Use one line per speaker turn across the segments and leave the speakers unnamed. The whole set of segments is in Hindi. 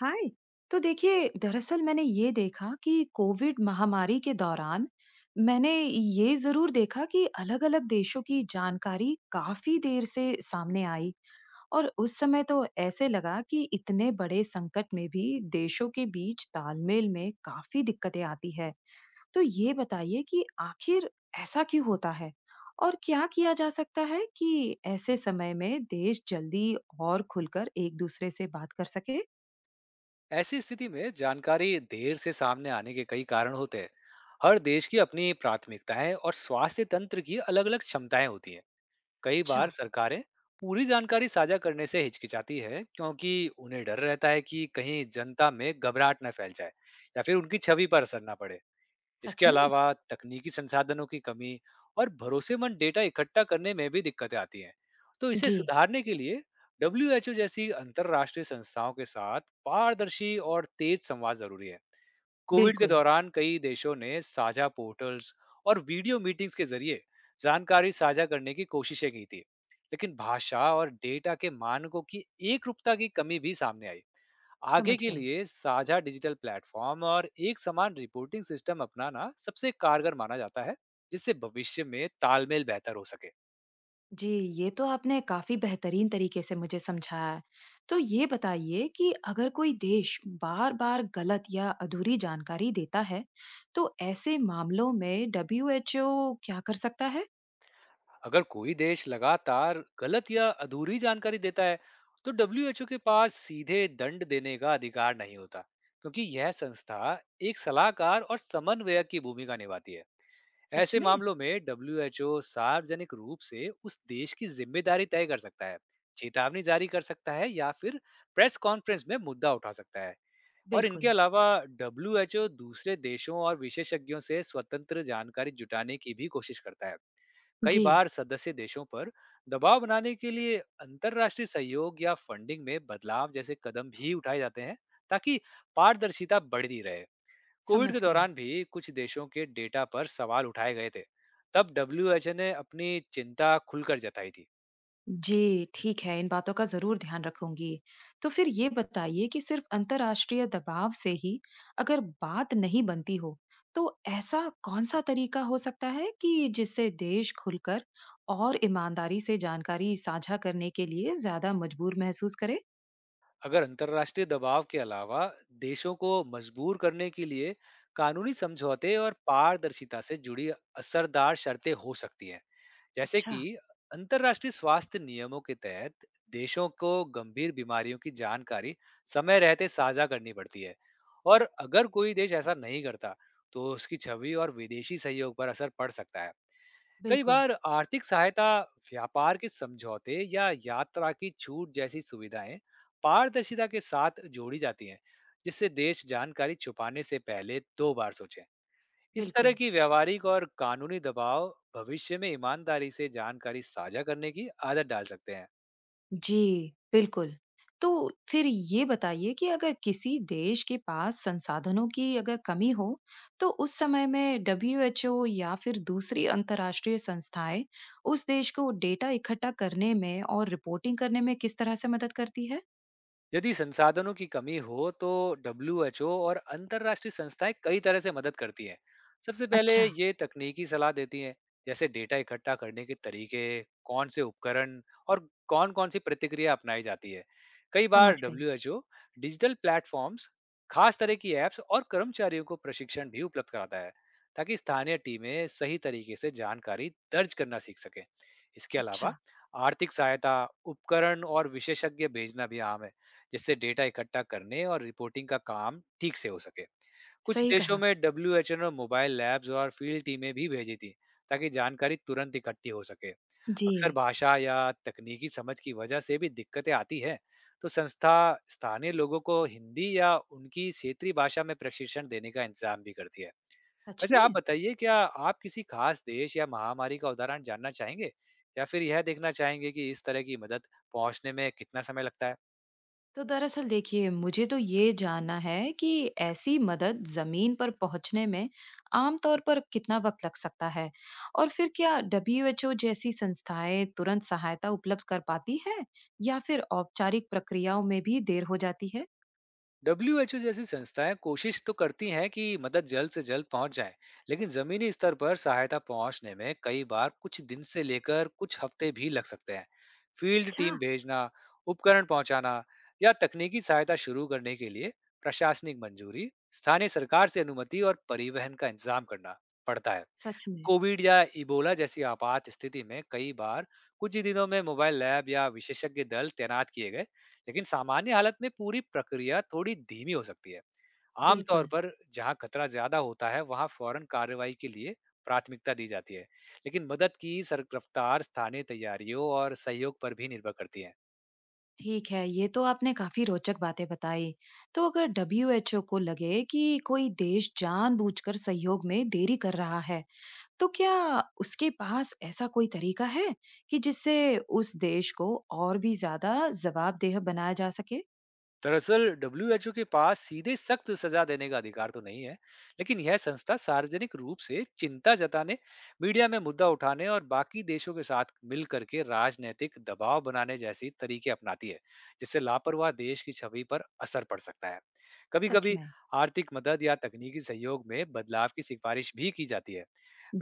हाय। तो देखिए, दरअसल मैंने ये देखा कि कोविड महामारी के दौरान मैंने ये जरूर देखा कि अलग-अलग देशों की जानकारी काफी देर से सामने आई। और उस समय तो ऐसे लगा कि इतने बड़े संकट में भी देशों के बीच तालमेल में काफी दिक्कतें आती है। तो ये बताइए कि आखिर ऐसा क्यों होता है और क्या किया जा सकता है कि ऐसे समय में देश जल्दी और खुलकर एक दूसरे से बात कर सके।
ऐसी स्थिति में जानकारी देर से सामने आने के कई कारण होते हैं। हर देश की अपनी प्राथमिकताएं और स्वास्थ्य तंत्र की अलग अलग क्षमताएं होती हैं। कई
अच्छा।
बार सरकारें पूरी जानकारी साझा करने से हिचकिचाती है, क्योंकि उन्हें डर रहता है कि कहीं जनता में घबराहट न फैल जाए या फिर उनकी छवि पर असर न पड़े। इसके
सच में?
अलावा तकनीकी संसाधनों की कमी और भरोसेमंद डेटा इकट्ठा करने में भी दिक्कतें आती हैं। तो इसे
जी,
सुधारने के लिए डब्ल्यू एच ओ जैसी अंतर्राष्ट्रीय संस्थाओं के साथ पारदर्शी और तेज संवाद जरूरी है। कोविड के
बिल्कुल,
दौरान कई देशों ने साझा पोर्टल्स और वीडियो मीटिंग्स के जरिए जानकारी साझा करने की कोशिशें की थी, लेकिन भाषा और डेटा के मानकों की एकरूपता की कमी भी सामने आई। आगे
समझ
के
गई।
लिए साझा डिजिटल प्लेटफॉर्म और एक समान रिपोर्टिंग सिस्टम अपनाना सबसे कारगर माना जाता है, जिससे भविष्य में तालमेल बेहतर हो सके।
जी, ये तो आपने काफ़ी बेहतरीन तरीके से मुझे समझाया है। तो ये बताइए कि अगर कोई देश बार-बार गलत या अधूरी जानकारी देता है, तो ऐसे मामलों में डब्ल्यूएचओ क्या कर सकता है?
अगर कोई देश लगातार गलत या अधूरी जानकारी देता है तो डब्ल्यू एच ओ के पास सीधे दंड देने का अधिकार नहीं होता, क्योंकि यह संस्था एक सलाहकार और समन्वयक की भूमिका निभाती है।
सच
ऐसे
में?
मामलों में डब्ल्यूएचओ सार्वजनिक रूप से उस देश की जिम्मेदारी तय कर सकता है, चेतावनी जारी कर सकता है या फिर प्रेस कॉन्फ्रेंस में मुद्दा उठा सकता है। और इनके
बिल्कुल।
अलावा डब्ल्यूएचओ दूसरे देशों और विशेषज्ञों से स्वतंत्र जानकारी जुटाने की भी कोशिश करता है। कई
जी,
बार सदस्य देशों पर दबाव बनाने के लिए अंतर्राष्ट्रीय सहयोग या फंडिंग में बदलाव जैसे कदम भी उठाए जाते हैं, ताकि पारदर्शिता बढ़ती रहे। कोविड
समझ
के
गई।
दौरान भी कुछ देशों के डेटा पर सवाल उठाए गए थे। तब डब्ल्यू ने अपनी चिंता खुलकर जताई थी।
जी, ठीक है, इन बातों का ज़रूर ध्यान रखूँगी। तो फिर ये बताइए कि सिर्फ़ अंतर्राष्ट्रीय दबाव से ही अगर बात नहीं बनती हो, तो ऐसा कौन-सा तरीका हो सकता है कि जिससे देश खुलकर और ईमानदारी से जानकारी साझा करने के लिए ज़्यादा मजबूर महसूस करे?
अगर अंतर्राष्ट्रीय दबाव के अलावा देशों को मजबूर करने के लिए कानूनी समझौते और पारदर्शिता से जुड़ी असरदार शर्तें हो सकती हैं। जैसे
अच्छा,
कि अंतर्राष्ट्रीय स्वास्थ्य नियमों के तहत देशों को गंभीर बीमारियों की जानकारी समय रहते साझा करनी पड़ती है, और अगर कोई देश ऐसा नहीं करता तो उसकी छवि और विदेशी सहयोग पर असर पड़ सकता है। कई
बिल्कुल,
बार आर्थिक सहायता, व्यापार के समझौते या यात्रा की छूट जैसी सुविधाएं पारदर्शिता के साथ जोड़ी जाती हैं, जिससे देश जानकारी छुपाने से पहले दो बार सोचें। इस तरह
बिल्कुल।
की व्यवहारिक और कानूनी दबाव भविष्य में ईमानदारी से जानकारी साझा करने की आदत डाल सकते हैं।
जी, बिल्कुल। तो फिर ये बताइए कि अगर किसी देश के पास संसाधनों की अगर कमी हो, तो उस समय में डब्ल्यूएचओ या फिर दूसरी अंतर्राष्ट्रीय संस्थाएँ उस देश को डेटा इकट्ठा करने में और रिपोर्टिंग करने में किस तरह से मदद करती है?
यदि संसाधनों की कमी हो तो डब्ल्यूएचओ और अंतरराष्ट्रीय संस्थाएं कई तरह से मदद करती हैं। सबसे पहले
अच्छा,
ये तकनीकी सलाह देती हैं, जैसे डेटा इकट्ठा करने के तरीके, कौन से उपकरण और कौन कौन सी प्रतिक्रिया अपनाई जाती है। कई बार
समझ गई।
डब्ल्यूएचओ डिजिटल प्लेटफॉर्म्स, खास तरह की एप्स और कर्मचारियों को प्रशिक्षण भी उपलब्ध कराता है, ताकि स्थानीय टीमें सही तरीके से जानकारी दर्ज करना सीख सकें। इसके
अच्छा,
अलावा आर्थिक सहायता, उपकरण और विशेषज्ञ भेजना भी आम है, जिससे डेटा इकट्ठा करने और रिपोर्टिंग का काम ठीक से हो सके। कुछ
सही
देशों
कहा।
में डब्ल्यू एच एन और मोबाइल लैब्स और फील्ड टीमें भी भेजी थी, ताकि जानकारी तुरंत इकट्ठी हो सके। अक्सर
जी,
भाषा या तकनीकी समझ की वजह से भी दिक्कतें आती है, तो संस्था स्थानीय लोगों को हिंदी या उनकी क्षेत्रीय भाषा में प्रशिक्षण देने का इंतजाम भी करती है।
सच
वैसे आप
में?
बताइए, क्या आप किसी खास देश या महामारी का उदाहरण जानना चाहेंगे या फिर यह देखना चाहेंगे कि इस तरह की मदद पहुंचने में कितना समय लगता है?
तो दरअसल देखिए, मुझे तो ये जानना है कि ऐसी मदद जमीन पर पहुंचने में आमतौर पर कितना वक्त लग सकता है और फिर क्या डब्ल्यूएचओ जैसी संस्थाएं तुरंत सहायता उपलब्ध कर पाती है या फिर औपचारिक प्रक्रियाओं में भी देर हो जाती है।
डब्ल्यूएचओ जैसी संस्थाएं कोशिश तो करती हैं कि मदद जल्द से जल्द पहुंच जाए, लेकिन जमीनी स्तर पर सहायता पहुंचने में कई बार कुछ दिन से लेकर कुछ हफ्ते भी लग सकते हैं। फील्ड
अच्छा।
टीम भेजना, उपकरण पहुंचाना या तकनीकी सहायता शुरू करने के लिए प्रशासनिक मंजूरी, स्थानीय सरकार से अनुमति और परिवहन का इंतजाम करना पड़ता है।
सच में।
कोविड या इबोला जैसी आपात स्थिति में कई बार कुछ ही दिनों में मोबाइल लैब या विशेषज्ञ दल तैनात किए गए, लेकिन सामान्य हालत में पूरी प्रक्रिया थोड़ी धीमी हो सकती है। आमतौर
बिल्कुल।
पर जहां खतरा ज्यादा होता है वहां फौरन कार्रवाई के लिए प्राथमिकता दी जाती है, लेकिन मदद की सर रफ्तार स्थानीय तैयारियों और सहयोग पर भी निर्भर करती है।
ठीक है, ये तो आपने काफी रोचक बातें बताई। तो अगर डब्ल्यूएचओ को लगे कि कोई देश जानबूझकर सहयोग में देरी कर रहा है, तो क्या उसके पास ऐसा कोई तरीका है कि जिससे उस देश को और भी ज्यादा जवाबदेह बनाया जा सके?
दरअसल डब्ल्यूएचओ के पास सीधे सख्त सजा देने का अधिकार तो नहीं है, लेकिन यह संस्था सार्वजनिक रूप से चिंता जताने, मीडिया में मुद्दा उठाने और बाकी देशों के साथ मिल करके राजनीतिक दबाव बनाने जैसी तरीके अपनाती है, जिससे लापरवाह देश की छवि पर असर पड़ सकता है।
सच
कभी-कभी
में।
आर्थिक मदद या तकनीकी सहयोग में बदलाव की सिफारिश भी की जाती है।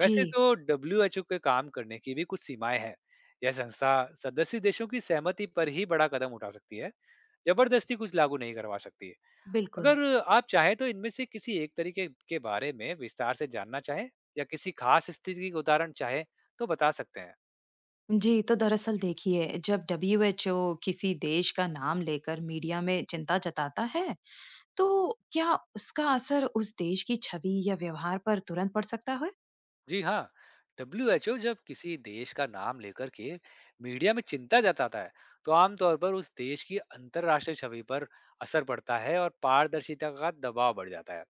वैसे
जी।
तो डब्ल्यूएचओ के काम करने की भी कुछ सीमाएं हैं। यह संस्था सदस्य देशों की सहमति पर ही बड़ा कदम उठा सकती है, जबरदस्ती कुछ लागू नहीं करवा सकती है।
बिल्कुल।
अगर आप चाहें तो इनमें से किसी एक तरीके के बारे में विस्तार से जानना चाहें या किसी खास स्थिति का उदाहरण चाहें तो बता सकते हैं।
जी, तो दरअसल देखिए, जब डब्ल्यूएचओ किसी देश का नाम लेकर मीडिया में चिंता जताता है, तो क्या उसका असर उस देश की छवि या व्यवहार पर तुरंत पड़ सकता है।
जी हाँ, डब्ल्यूएचओ जब किसी देश का नाम लेकर के मीडिया में चिंता जताता है, तो आमतौर पर उस देश की अंतर्राष्ट्रीय छवि पर असर पड़ता है और पारदर्शिता का दबाव बढ़ जाता है।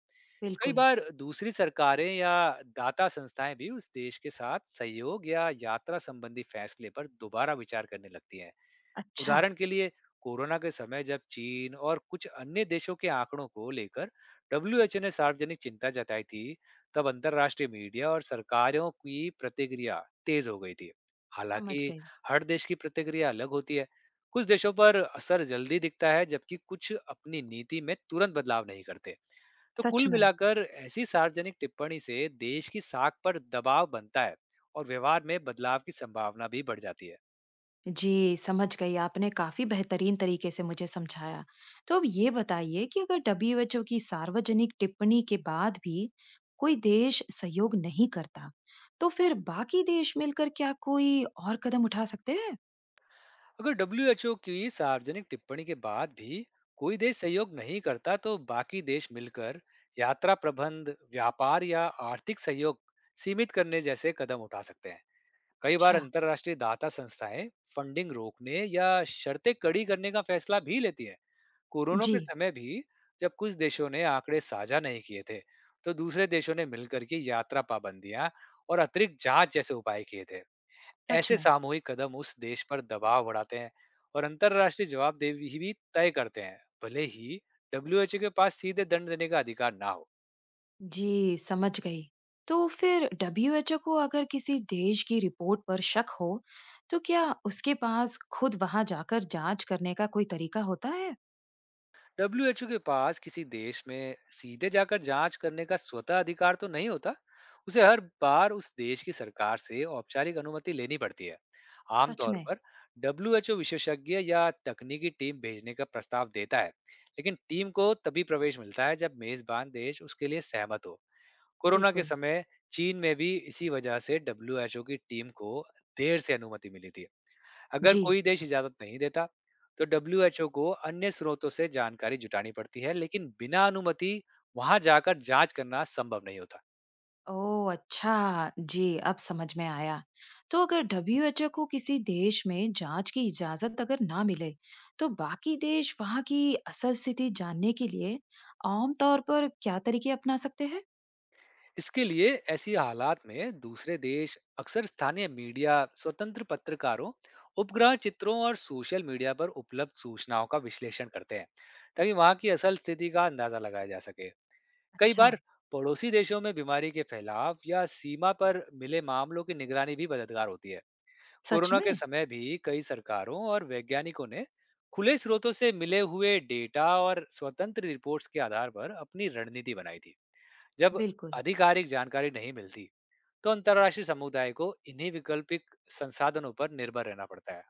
कई
बिल्कुल।
बार दूसरी सरकारें या दाता संस्थाएं भी उस देश के साथ सहयोग या यात्रा संबंधी फैसले पर दोबारा विचार करने लगती हैं।
अच्छा।
उदाहरण के लिए, कोरोना के समय जब चीन और कुछ अन्य देशों के आंकड़ों को लेकर डब्ल्यूएचओ ने सार्वजनिक चिंता जताई थी, तब अंतरराष्ट्रीय मीडिया और सरकारों की प्रतिक्रिया तेज हो गई थी। हालांकि
समझ गई।
हर देश की प्रतिक्रिया अलग होती है। कुछ देशों पर असर जल्दी दिखता है, जबकि कुछ अपनी नीति में तुरंत बदलाव नहीं करते। तो
सच
कुल
में।
मिलाकर ऐसी सार्वजनिक टिप्पणी से देश की साख पर दबाव बनता है और व्यवहार में बदलाव की संभावना भी बढ़ जाती है।
जी, समझ गई। आपने काफ़ी बेहतरीन तरीके से मुझे समझाया। तो अब ये बताइए कि अगर डब्ल्यूएचओ की सार्वजनिक टिप्पणी के बाद भी कोई देश सहयोग नहीं करता, तो फिर बाकी देश मिलकर क्या कोई और कदम उठा सकते हैं?
अगर डब्ल्यूएचओ की सार्वजनिक टिप्पणी के बाद भी कोई देश सहयोग नहीं करता तो बाकी देश मिलकर यात्रा प्रबंध, व्यापार या आर्थिक सहयोग सीमित करने जैसे कदम उठा सकते हैं। कई बार
अच्छा।
अंतरराष्ट्रीय दाता संस्थाएं फंडिंग रोकने या शर्तें कड़ी करने का फैसला भी लेती है। कोरोना
जी।
के समय भी जब कुछ देशों ने आंकड़े साझा नहीं किए थे, तो दूसरे देशों ने मिलकर के यात्रा पाबंदियां और अतिरिक्त जांच जैसे उपाय किए थे।
सच
ऐसे
में।
सामूहिक कदम उस देश पर दबाव बढ़ाते हैं और अंतरराष्ट्रीय जवाबदेही भी तय करते हैं, भले ही डब्ल्यूएचओ के पास सीधे दंड देने का अधिकार ना हो।
जी, समझ गई। तो फिर डब्ल्यूएचओ को अगर किसी देश की रिपोर्ट पर शक हो, तो क्या उसके पास खुद वहां जाकर जांच करने का कोई तरीका होता है?
डब्ल्यूएचओ के पास किसी देश में सीधे जाकर जांच करने का स्वतः अधिकार तो नहीं होता। उसे हर बार उस देश की सरकार से औपचारिक अनुमति लेनी पड़ती है।
सच
आमतौर
में।
पर डब्ल्यूएचओ विशेषज्ञ या तकनीकी टीम भेजने का प्रस्ताव देता है, लेकिन टीम को तभी प्रवेश मिलता है जब मेजबान देश उसके लिए सहमत हो। कोरोना के
बिल्कुल।
समय चीन में भी इसी वजह से डब्ल्यूएचओ की टीम को देर से अनुमति मिली थी। अगर
जी।
कोई देश इजाज़त नहीं देता, तो डब्ल्यूएचओ को अन्य स्रोतों से जानकारी जुटानी पड़ती है, लेकिन बिना अनुमति वहाँ जाकर जाँच करना संभव नहीं होता।
ओह, अच्छा। जी, अब समझ में आया। तो अगर डब्ल्यूएचओ को किसी देश में जांच की इजाजत अगर ना मिले, तो बाकी देश वहां की असल स्थिति जानने के लिए आम तौर पर क्या तरीके अपना सकते हैं?
इसके लिए ऐसी हालात में दूसरे देश अक्सर स्थानीय मीडिया, स्वतंत्र पत्रकारों, उपग्रह चित्रों और सोशल मीडिया पर उपलब्ध सूचनाओं का विश्लेषण करते हैं, ताकि वहाँ की असल स्थिति का अंदाज़ा लगाया जा सके। कई
अच्छा।
बार पड़ोसी देशों में बीमारी के फैलाव या सीमा पर मिले मामलों की निगरानी भी मददगार होती है।
सच
कोरोना के
में।
समय भी कई सरकारों और वैज्ञानिकों ने खुले स्रोतों से मिले हुए डेटा और स्वतंत्र रिपोर्ट्स के आधार पर अपनी रणनीति बनाई थी। जब
बिल्कुल।
आधिकारिक जानकारी नहीं मिलती तो अंतर्राष्ट्रीय समुदाय को इन्हीं वैकल्पिक संसाधनों पर निर्भर रहना पड़ता है।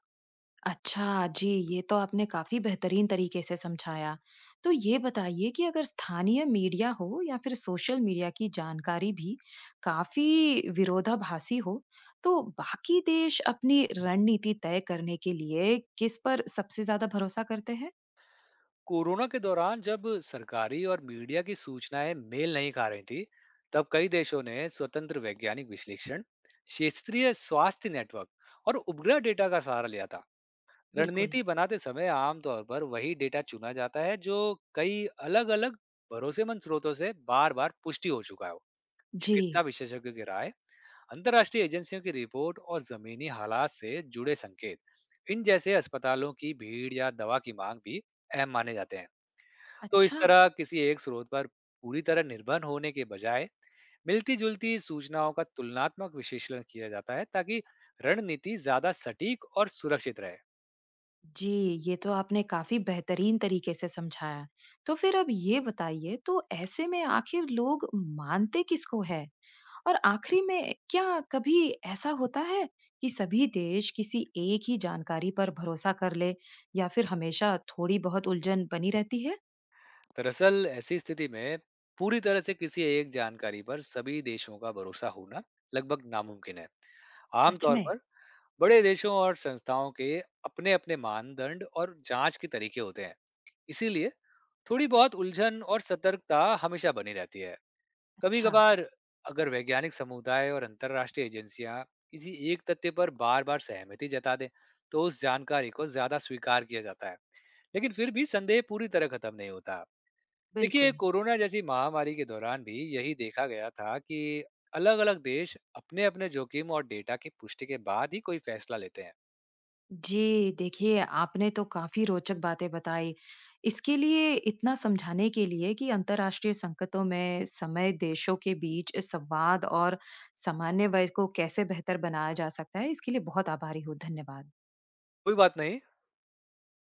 अच्छा, जी, ये तो आपने काफ़ी बेहतरीन तरीके से समझाया। तो ये बताइए कि अगर स्थानीय मीडिया हो या फिर सोशल मीडिया की जानकारी भी काफ़ी विरोधाभासी हो, तो बाकी देश अपनी रणनीति तय करने के लिए किस पर सबसे ज़्यादा भरोसा करते हैं?
कोरोना के दौरान जब सरकारी और मीडिया की सूचनाएं मेल नहीं खा रही थी, तब कई देशों ने स्वतंत्र वैज्ञानिक विश्लेषण, क्षेत्रीय स्वास्थ्य नेटवर्क और उपग्रह डेटा का सहारा लिया था।
बिल्कुल।
रणनीति बनाते समय आमतौर पर वही डेटा चुना जाता है जो कई अलग-अलग भरोसेमंद स्रोतों से बार-बार पुष्टि हो चुका हो। चिकित्सा
जी,
विशेषज्ञों की राय, अंतर्राष्ट्रीय एजेंसियों की रिपोर्ट और जमीनी हालात से जुड़े संकेत, इन जैसे अस्पतालों की भीड़ या दवा की मांग भी अहम माने जाते हैं। तो इस
अच्छा।
तरह किसी एक स्रोत पर पूरी तरह निर्भर होने के बजाय मिलती-जुलती सूचनाओं का तुलनात्मक विश्लेषण किया जाता है, ताकि रणनीति ज्यादा सटीक और सुरक्षित रहे।
जी, ये तो आपने काफ़ी बेहतरीन तरीके से समझाया। तो फिर अब ये बताइए, तो ऐसे में आखिर लोग मानते किसको है? और आखिरी में क्या कभी ऐसा होता है कि सभी देश किसी एक ही जानकारी पर भरोसा कर ले, या फिर हमेशा थोड़ी बहुत उलझन बनी रहती है?
दरअसल ऐसी स्थिति में पूरी तरह से किसी एक जानकारी पर सभी देशों का भरोसा होना लगभग नामुमकिन है।
सच
आमतौर
में।
पर बड़े देशों और संस्थाओं के अपने-अपने मानदंड और जांच के तरीके होते हैं। इसीलिए थोड़ी बहुत उलझन और सतर्कता हमेशा बनी रहती है। कभी
अच्छा,
कभार अगर वैज्ञानिक समुदाय और अंतरराष्ट्रीय एजेंसियां किसी एक तथ्य पर बार बार सहमति जता दें तो उस जानकारी को ज्यादा स्वीकार किया जाता है, लेकिन फिर भी संदेह पूरी तरह खत्म नहीं होता। देखिए
बिल्कुल।
कोरोना जैसी महामारी के दौरान भी यही देखा गया था कि अलग अलग देश अपने अपने जोखिम और डेटा की पुष्टि के बाद ही कोई फैसला लेते हैं।
जी, देखिए, आपने तो काफ़ी रोचक बातें बताई। इसके लिए, इतना समझाने के लिए कि अंतर्राष्ट्रीय संकटों में समय देशों के बीच संवाद और समन्वय को कैसे बेहतर बनाया जा सकता है, इसके लिए बहुत आभारी हूँ। धन्यवाद।
कोई बात नहीं।